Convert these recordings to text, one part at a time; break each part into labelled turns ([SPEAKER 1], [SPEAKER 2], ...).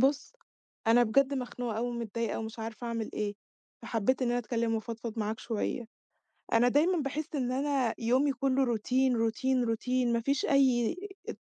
[SPEAKER 1] بُص، أنا بجد مخنوقة أوي ومتضايقة ومش عارفة أعمل إيه، فحبيت إن أنا أتكلم وأفضفض معاك شوية. أنا دايمًا باحس إن أنا يومي كُلّه روتين، روتين، روتين، ما فيش أي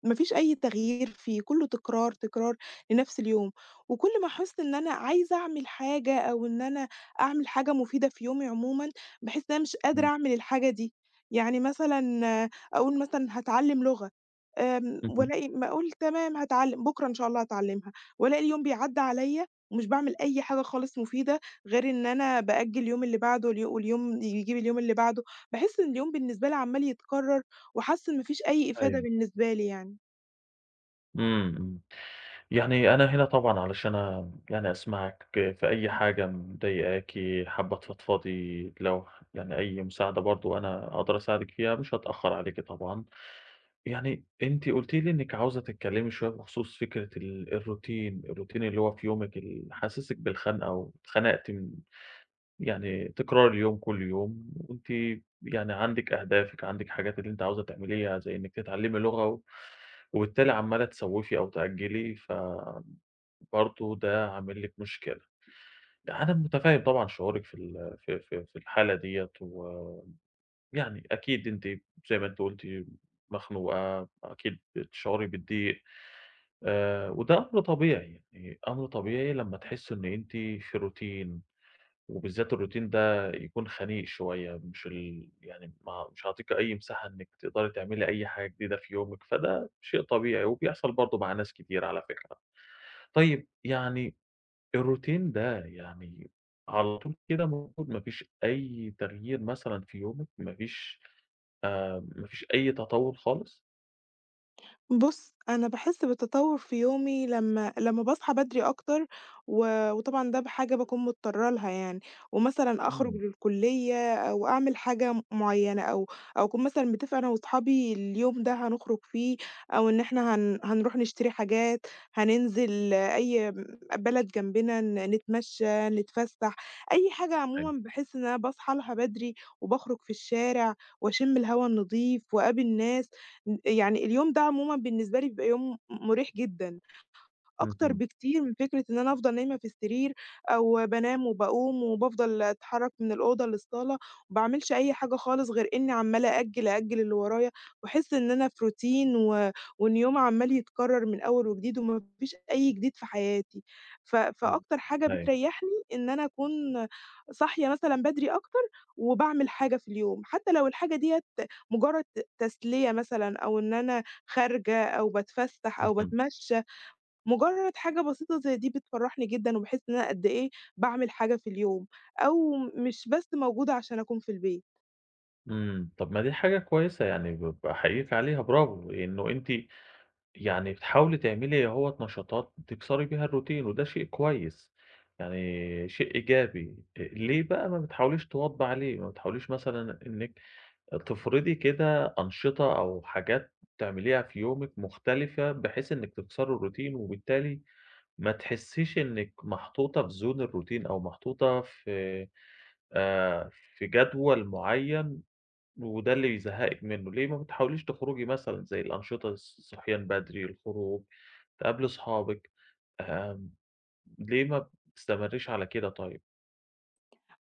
[SPEAKER 1] ما فيش أي تغيير فيه، كُلّه تكرار، تكرار لنفس اليوم، وكل ما أحس إن أنا عايزة أعمل حاجة أو إن أنا أعمل حاجة مفيدة في يومي عمومًا، باحس إن أنا مش قادرة
[SPEAKER 2] إمم،
[SPEAKER 1] أعمل الحاجة دي. يعني مثلًا آه، أقول مثلًا هاتعلّم لغة،
[SPEAKER 2] اهم،
[SPEAKER 1] والاقي ما أقول تمام هاتعلّم، بُكرة إن شاء الله هاتعلّمها، والاقي اليوم بيعدّي عليَّ ومش باعمل أي حاجة خالص مفيدة غير إن أنا بأجّل اليوم اللي بعده واليوم يجيب اليوم اللي بعده، باحس إن اليوم بالنسبة لي عمّال يتكرر، وحاسة إن ما فيش أي إفادة
[SPEAKER 2] أيوه.
[SPEAKER 1] بالنسبة لي يعني.
[SPEAKER 2] إمم، إمم. يعني أنا هنا طبعًا علشان يعني أسمعِك في أي حاجة مضايقاكِ، حابة تفضفضي، لو يعني أي مساعدة برضه أنا أقدر أساعدِك فيها، مش هاتأخر عليكِ طبعًا. يعني أنتِ قُلتِ لي إنِّك عاوزة تتكلمي شوية بخصوص فكرة ال الroutine الroutine اللي هو في يومِك اللي حاسسِك بالخنقة واتخنقتِ من يعني تكرار اليوم كل يوم وأنتِ يعني عندِك أهدافِك، عندِك حاجات اللي أنتِ عاوزة تعمليها زي إنِّك تتعلّمي لغة و وبالتالي عمّالة تسوّفي أو تأجّلي، فبرضه ده عامل لِك مشكلة. أنا متفهِّم طبعًا شعورِك في ال في في في الحالة ديّة ويعني أكيد أنتِ زي ما أنتِ قُلتِ مخنوقة، أكيد بتشعري بالضيق وده أمر طبيعي، يعني أمر طبيعي لمّا تحسّي إن أنتِ في routine وبالذات الروتين ده يكون خنيق شوية، مش يعني ما مش هاعطيكِ أي مساحة إنِّك تقدري تعملي أي حاجة جديدة في يومِك، فده شيء طبيعي وبيحصل برضه مع ناس كتير على فكرة. طيب يعني الروتين ده يعني على طول كده موجود، ما فيش أي تغيير مثلًا في يومِك، ما فيش أي تطوّر خالص؟
[SPEAKER 1] بُص، أنا باحس بتطوّر في يومي لمّا باصحى بدري أكتر، و وطبعًا ده بحاجة باكون مضطرة لها يعني، ومثلًا أخرج
[SPEAKER 2] إمم،
[SPEAKER 1] للكلية أو أعمل حاجة معيّنة، أو أكون مثلًا متفقة أنا وأصحابي اليوم ده هنخرج فيه، أو إن إحنا هنروح نشتري حاجات، هننزل أي بلد جنبنا نتمشى، نتفسح، أي حاجة
[SPEAKER 2] أيوه،
[SPEAKER 1] عمومًا باحس إن أنا باصحى لها بدري، وباخرج في الشارع وأشم الهوا النضيف وأقابل ناس. يعني اليوم ده عمومًا بالنسبة لي بيبقى يوم مريح جدًا، أكتر
[SPEAKER 2] اهم،
[SPEAKER 1] بكتير من فكرة إن أنا أفضل نايمة في السرير أو بانام وباقوم وبافضل أتحرّك من الأوضة للصالة، ما باعملش أي حاجة خالص غير إني عمّالة أأجّل، أأجّل اللي ورايا، واحس إن أنا في روتين و وإن يومي عمّال يتكرر من أول وجديد وما فيش أي جديد في حياتي. ف
[SPEAKER 2] إمم،
[SPEAKER 1] فأكتر حاجة
[SPEAKER 2] أيوه،
[SPEAKER 1] بتريحني إن أنا أكون صاحية مثلًا بدري أكتر وباعمل حاجة في اليوم، حتى لو الحاجة ديّة مجرد تسلية مثلًا أو إن أنا خارجة أو باتفسح أو
[SPEAKER 2] اهم،
[SPEAKER 1] باتمشى، مجرد حاجة بسيطة زي دي بتفرّحني جدًا، وباحس إن أنا قد إيه باعمل حاجة في اليوم، أو مش بس موجودة عشان أكون في البيت.
[SPEAKER 2] إمم، طب ما دي حاجة كويسة يعني باحييكِ عليها برافو، إنه أنتِ يعني بتحاولي تعملي أهوّة نشاطات تكسري بيها الروتين، وده شيء كويس، يعني شيء إيجابي. ليه بقى ما بتحاوليش تواظبي عليه، ما بتحاوليش مثلًا إنِّك تفرضي كده أنشطة أو حاجات تعمليها في يومِك مختلفة، بحيث إنِّك تكسري الروتين، وبالتالي ما تحسّيش إنِّك محطوطة في zone الروتين أو محطوطة في جدول معيّن وده اللي بيزهقِك منه، ليه ما بتحاوليش تخرجي مثلًا زي الأنشطة الصحيان بدري، الخروج، تقابلي أصحابِك، آمم، ليه ما بتستمريش على كده طيب؟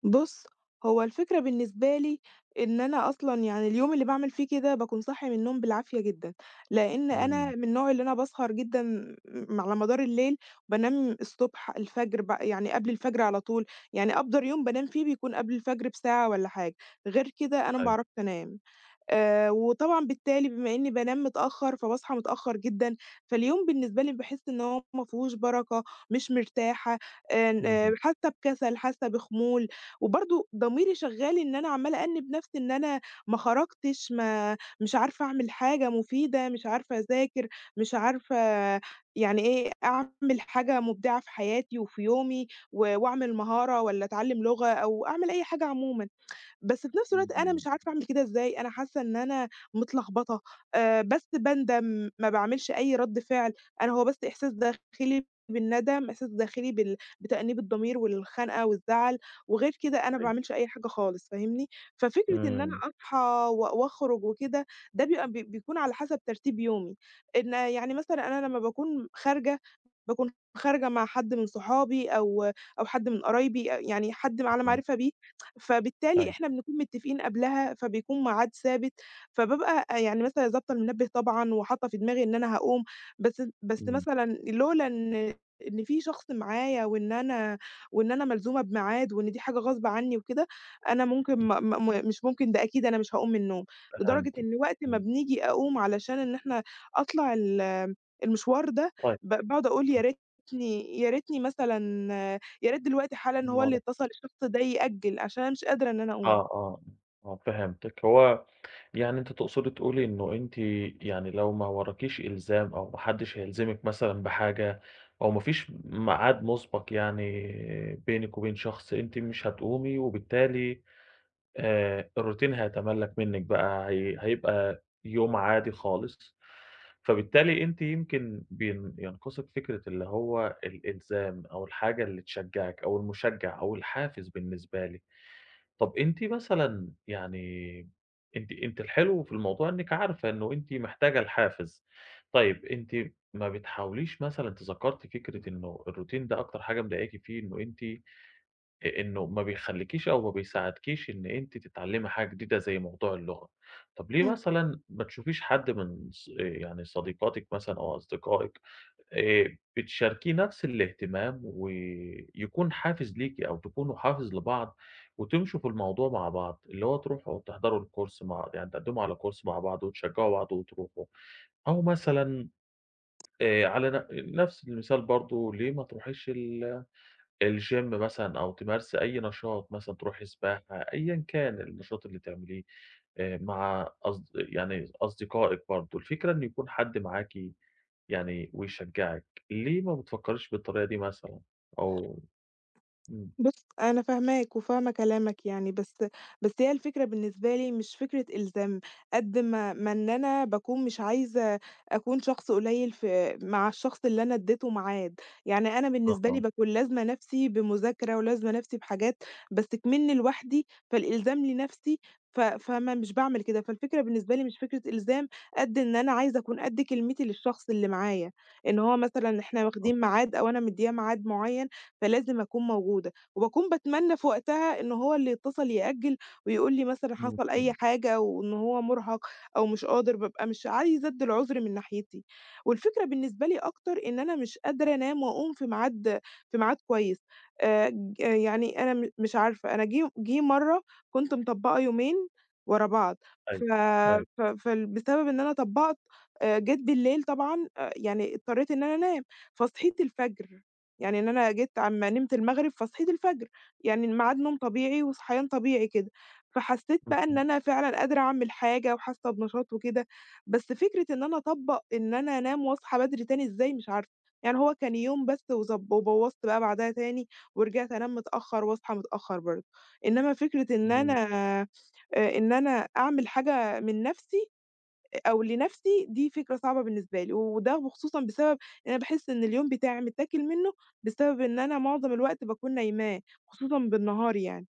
[SPEAKER 1] بُص، هو الفكرة بالنسبة لي إن أنا أصلًا يعني اليوم اللي باعمل فيه كده باكون صاحية من النوم بالعافية جدًا، لإن أنا
[SPEAKER 2] إمم،
[SPEAKER 1] من النوع اللي أنا باسهر جدًا على مدار الليل، بانام الصبح الفجر يعني قبل الفجر على طول، يعني أفضل يوم بانام فيه بيكون قبل الفجر بساعة والّا حاجة، غير كده أنا ما
[SPEAKER 2] أيوه.
[SPEAKER 1] باعرفش أنام. وطبعًا بالتالي بما إنّي بانام متأخّر، فباصحى متأخّر جدًا، فاليوم بالنسبة لي باحس إن هو ما فيهوش بركة، مش مرتاحة، ن
[SPEAKER 2] اهم،
[SPEAKER 1] حاسّة بكسل، حاسّة بخمول، وبرضه ضميري شغّال إن أنا عمّالة أأنِّب نَفْسي إن أنا ما خرجتش، ما مش عارفة أعمل حاجة مفيدة، مش عارفة أذاكر، مش عارفة يعني إيه، أعمل حاجة مُبدعة في حياتي وفي يومي و وأعمل مهارة والّا أتعلّم لغة أو أعمل أي حاجة عمومًا. بس في نفس الوقت أنا
[SPEAKER 2] إمم،
[SPEAKER 1] مش عارفة أعمل كده إزاي، أنا حاسة إن أنا متلخبطة، بس باندم، ما باعملش أي رَد فعل، أنا هو بس إحساس داخلي بالندم، إحساس داخلي بتأنيب الضمير والخنقة والزعل، وغير كده أنا ما
[SPEAKER 2] أيوه،
[SPEAKER 1] باعملش أي حاجة خالص، فاهمني؟ ففكرة إن أنا
[SPEAKER 2] إمم،
[SPEAKER 1] أصحى و وأخرج وكده، ده بيبقى بيكون على حسب ترتيب يومي، إن يعني مثلًا أنا لمّا باكون خارجة باكون خارجة مع حد من صحابي أو حد من قرايبي، يعني حد على
[SPEAKER 2] أصلًا،
[SPEAKER 1] معرفة بيه، فبالتالي
[SPEAKER 2] أيوه.
[SPEAKER 1] إحنا بنكون متفقين قبلها، فبيكون ميعاد ثابت، فبابقى يعني مثلًا ضابطة المنبه طبعًا وحاطة في دماغي إن أنا هاقوم، بس
[SPEAKER 2] إمم.
[SPEAKER 1] مثلًا لولا إن في شخص معايا وإن أنا وإن أنا ملزومة بميعاد وإن دي حاجة غصب عني وكده، أنا ممكن م م مش ممكن ده أكيد أنا مش هاقوم من النوم، لدرجة
[SPEAKER 2] فهمتِك.
[SPEAKER 1] إن وقت ما
[SPEAKER 2] إمم.
[SPEAKER 1] بنيجي أقوم علشان إن إحنا أطلع ال المشوار ده
[SPEAKER 2] طيب
[SPEAKER 1] باقعد أقول يا ريتني مثلًا يا ريت دلوقتي حالًا هو اللي اتصل الشخص ده يأجّل، عشان أنا مش قادرة إن أنا
[SPEAKER 2] آه،
[SPEAKER 1] أقوم.
[SPEAKER 2] آه، آه، فهمتِك. هو يعني أنتِ تقصدي تقولي إنه أنتِ يعني لو ما وراكيش إلزام أو ما حدش هيلزمِك مثلًا بحاجة أو ما فيش ميعاد مسبق يعني بينِك وبين شخص، أنتِ مش هتقومي وبالتالي الروتين هيتملّك منِك بقى، هيبقى يوم عادي خالص، فبالتالي أنتِ يمكن ينقصِك فكرة اللي هو الإلزام أو الحاجة اللي تشجّعِك أو المشجّع أو الحافز بالنسبة لِك. طَب أنتِ مثلًا يعني أنتِ الحلو في الموضوع إنِّك عارفة إنه أنتِ محتاجة الحافز. طيب أنتِ ما بتحاوليش مثلًا أنتِ ذكرتِ فكرة إنه الروتين ده أكتر حاجة مضايقاكِ فيه إنه أنتِ إنه ما بيخلّيكيش أو ما بيساعدكيش إن أنتِ تتعلّمي حاجة جديدة زي موضوع اللغة. طَب ليه مثلًا ما تشوفيش حد من يعني صديقاتِك مثلًا أو أصدقائِك آآ بتشاركيه نفس الاهتمام، ويكون حافز ليكِ أو تكونوا حافز لبعض، وتمشوا في الموضوع مع بعض، اللي هو تروحوا تحضروا الcourse مع يعني تقدموا على course مع بعض وتشجعوا بعض وتروحوا، أو مثلًا على نفس المثال برضه ليه ما تروحيش الgym مثلًا أو تمارسي أي نشاط مثلًا تروحي سباحة، أيًا كان النشاط اللي تعمليه مع يعني أصدقائِك برضه، الفكرة إن يكون حد معاكِ يعني ويشجّعِك، ليه ما بتفكّريش بالطريقة دي مثلًا أو إمم.
[SPEAKER 1] بُص، أنا فاهماك وفاهمة كلامك يعني، بس هي الفكرة بالنسبة لي مش فكرة إلزام، قد ما إن أنا باكون مش عايزة أكون شخص قليل في مع الشخص اللي أنا اديته ميعاد، يعني أنا بالنسبة
[SPEAKER 2] أها،
[SPEAKER 1] لي باكون لازمة نفسي بمذاكرة ولازمة نفسي بحاجات، بس كمنّي لوحدي، فالإلزام لنفسي ف فما مش باعمل كده، فالفكرة بالنسبة لي مش فكرة إلزام قد إن أنا عايزة أكون قد كلمتي للشخص اللي معايا، إن هو مثلًا إحنا
[SPEAKER 2] أها.
[SPEAKER 1] واخدين ميعاد أو أنا مدياه ميعاد معيّن، فلازم أكون موجودة. وباكون باتمنى في وقتها إن هو اللي يتصل يأجّل ويقول لي مثلًا
[SPEAKER 2] إمم،
[SPEAKER 1] حصل أي
[SPEAKER 2] إمم.
[SPEAKER 1] حاجة وإن هو مرهق أو مش قادر، بابقى مش عايزة أدّي العذر من ناحيتي. والفكرة بالنسبة لي أكتر إن أنا مش قادرة أنام وأقوم في ميعاد في ميعاد كويس. ج آه، يعني أنا مش عارفة، أنا جه مرّة كنت مطبّقة يومين ورا بعض،
[SPEAKER 2] أيوه،
[SPEAKER 1] ف
[SPEAKER 2] أيوه.
[SPEAKER 1] ف فال بسبب إن أنا طبّقت جيت بالليل طبعًا يعني اضطريت إن أنا أنام، فصحيت الفجر. يعني إن أنا جيت أمّا نمت المغرب فصحيت الفجر، يعني ميعاد نوم طبيعي وصحيان طبيعي كده، فحسّيت بقى إن
[SPEAKER 2] اهم،
[SPEAKER 1] أنا فعلًا قادرة أعمل حاجة وحاسّة بنشاط وكده، بس فكرة إن أنا أطبّق إن أنا أنام وأصحى بدري تاني إزاي مش عارفة، يعني هو كان يوم بس وضب وبوّظت بقى بعدها تاني ورجعت أنام متأخّر وأصحى متأخّر برضه، إنّما فكرة إن
[SPEAKER 2] إمم،
[SPEAKER 1] أنا إن أنا أعمل حاجة من نَفْسي أو لنَفْسي دي فكرة صعبة بالنسبة لي، وخصوصًا بسبب إن أنا باحس إن اليوم بتاعي متّاكل منّه بسبب إن أنا معظم الوقت باكون نايماه، خصوصًا بالنهار يعني،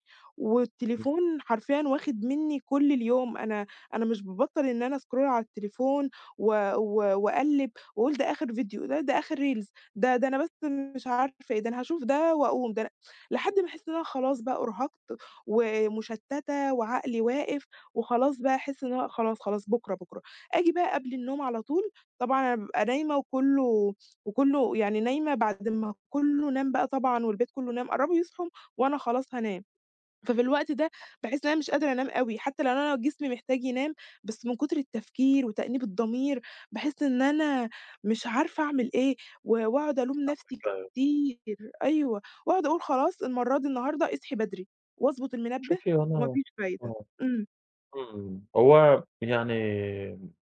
[SPEAKER 2] إمم.
[SPEAKER 1] والتليفون حرفيًا واخد منّي كل اليوم، أنا مش بابطّل إن أنا scroll على التليفون و و واقلِّب واقول ده آخِر فيديو، ده آخِر reels ده أنا بس مش عارفة إيه، ده أنا هاشوف ده وأقوم، ده أنا لحد ما أحس إن أنا خلاص بقى أُرهقت ومُشتَّتة وعقلي واقف وخلاص بقى أحس إن أنا خلاص، خلاص بُكرة، بُكرة. آجي بقى قبل النوم على طول، طبعًا أنا بابقى نايمة وكُلّه يعني نايمة بعد ما كُلّه نام بقى طبعًا والبيت كُلّه نام، قرّبوا يصحوا وأنا خلاص هانام، ففي الوقت ده باحس إن أنا مش قادرة أنام أوي، حتى لو أنا جسمي محتاج ينام، بس من كتر التفكير وتأنيب الضمير، باحس إن أنا مش عارفة أعمل إيه، و وأقعد ألوم نفسي كتير، أيوه، وأقعد أقول خلاص المرّة دي النهارده اصحي بدري، وأضبط المنبه
[SPEAKER 2] شوفي هو
[SPEAKER 1] وما
[SPEAKER 2] أنا
[SPEAKER 1] فيش فايدة.
[SPEAKER 2] آه،
[SPEAKER 1] إمم.
[SPEAKER 2] إمم. هو يعني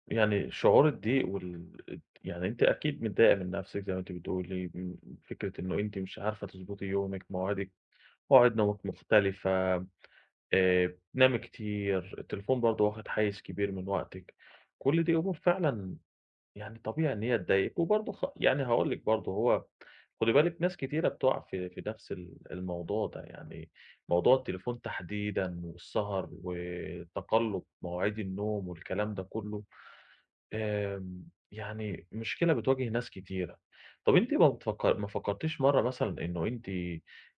[SPEAKER 2] شعور الضيق يعني أنتِ أكيد متضايقة من نَفْسِك زي ما أنتِ بتقولي، فكرة إنه أنتِ مش عارفة تضبطي يومِك، مواعيدِك مواعيد نومِك مختلفة، بتنامي كتير، التليفون برضه واخد حيّز كبير من وقتِك، كل دي أمور فعلًا يعني طبيعي إن هي تضايقِك، وبرضه يعني هاقول لِك برضه هو خُدي بالِك ناس كتيرة بتُقع في نفس الموضوع ده، يعني موضوع التليفون تحديدًا والسهر وتقلُّب مواعيد النوم والكلام ده كلّه، آمم، يعني مشكلة بتواجه ناس كتيرة. طَب أنتِ ما فكرتيش مرّة مثلًا إنه أنتِ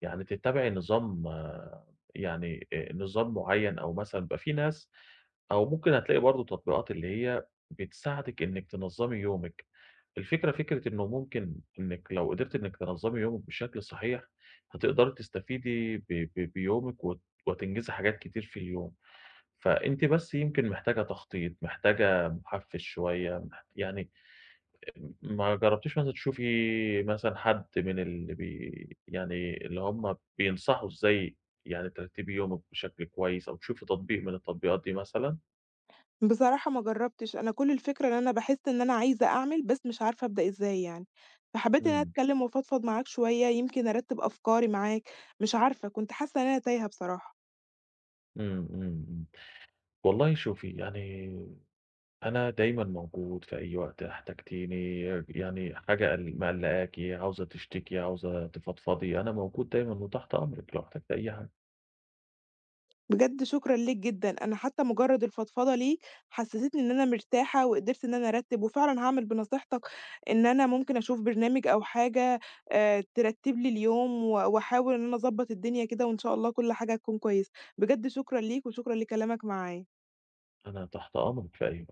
[SPEAKER 2] يعني تتّبعي نظام آه، يعني نظام معيّن أو مثلًا بيبقى في ناس أو ممكن هتلاقي برضه تطبيقات اللي هي بتساعدِك إنِّك تنظّمي يومِك. الفكرة فكرة إنه ممكن إنِّك لو قدرتِ إنِّك تنظّمي يومِك بشكل صحيح، هتقدري تستفيدي ب ب بيومِك وتنجزي حاجات كتير في اليوم. فأنتِ بس يمكن محتاجة تخطيط، محتاجة محفّز شوية، يعني ما جرّبتيش مثلًا تشوفي مثلًا حد من اللي يعني اللي هم بينصحوا إزاي يعني ترتّبي يومِك بشكل كويس أو تشوفي تطبيق من التطبيقات دي مثلًا؟
[SPEAKER 1] بصراحة ما جرّبتش، أنا كل الفكرة إن أنا باحس إن أنا عايزة أعمل، بس مش عارفة أبدأ إزاي يعني، فحبيت إن أنا
[SPEAKER 2] إمم،
[SPEAKER 1] أتكلّم وأفضفض معاك شوية، يمكن أرتّب أفكاري معاك، مش عارفة، كنت حاسة إن أنا تايهة بصراحة.
[SPEAKER 2] إمم، إمم، إمم. والله شوفي، يعني أنا دايمًا موجود في أي وقت احتجتيني، يعني حاجة مقلّقاكِ، عاوزة تشتكي، عاوزة تفضفضي، أنا موجود دايمًا وتحت أمرِك لو احتجتِ أي حاجة،
[SPEAKER 1] بجد شكرًا ليك جدًا، أنا حتى مجرّد الفضفضة ليك حسّستني إن أنا مرتاحة وقدرت إن أنا أرتّب، وفعلًا هاعمل بنصيحتك إن أنا ممكن أشوف برنامج أو حاجة ترتّب لي اليوم و وأحاول إن أنا أضبّط الدنيا كده وإن شاء الله كل حاجة هتكون كويسة. بجد شكرًا ليك وشكرًا لكلامك معايا.
[SPEAKER 2] أنا تحت أمرِك في أي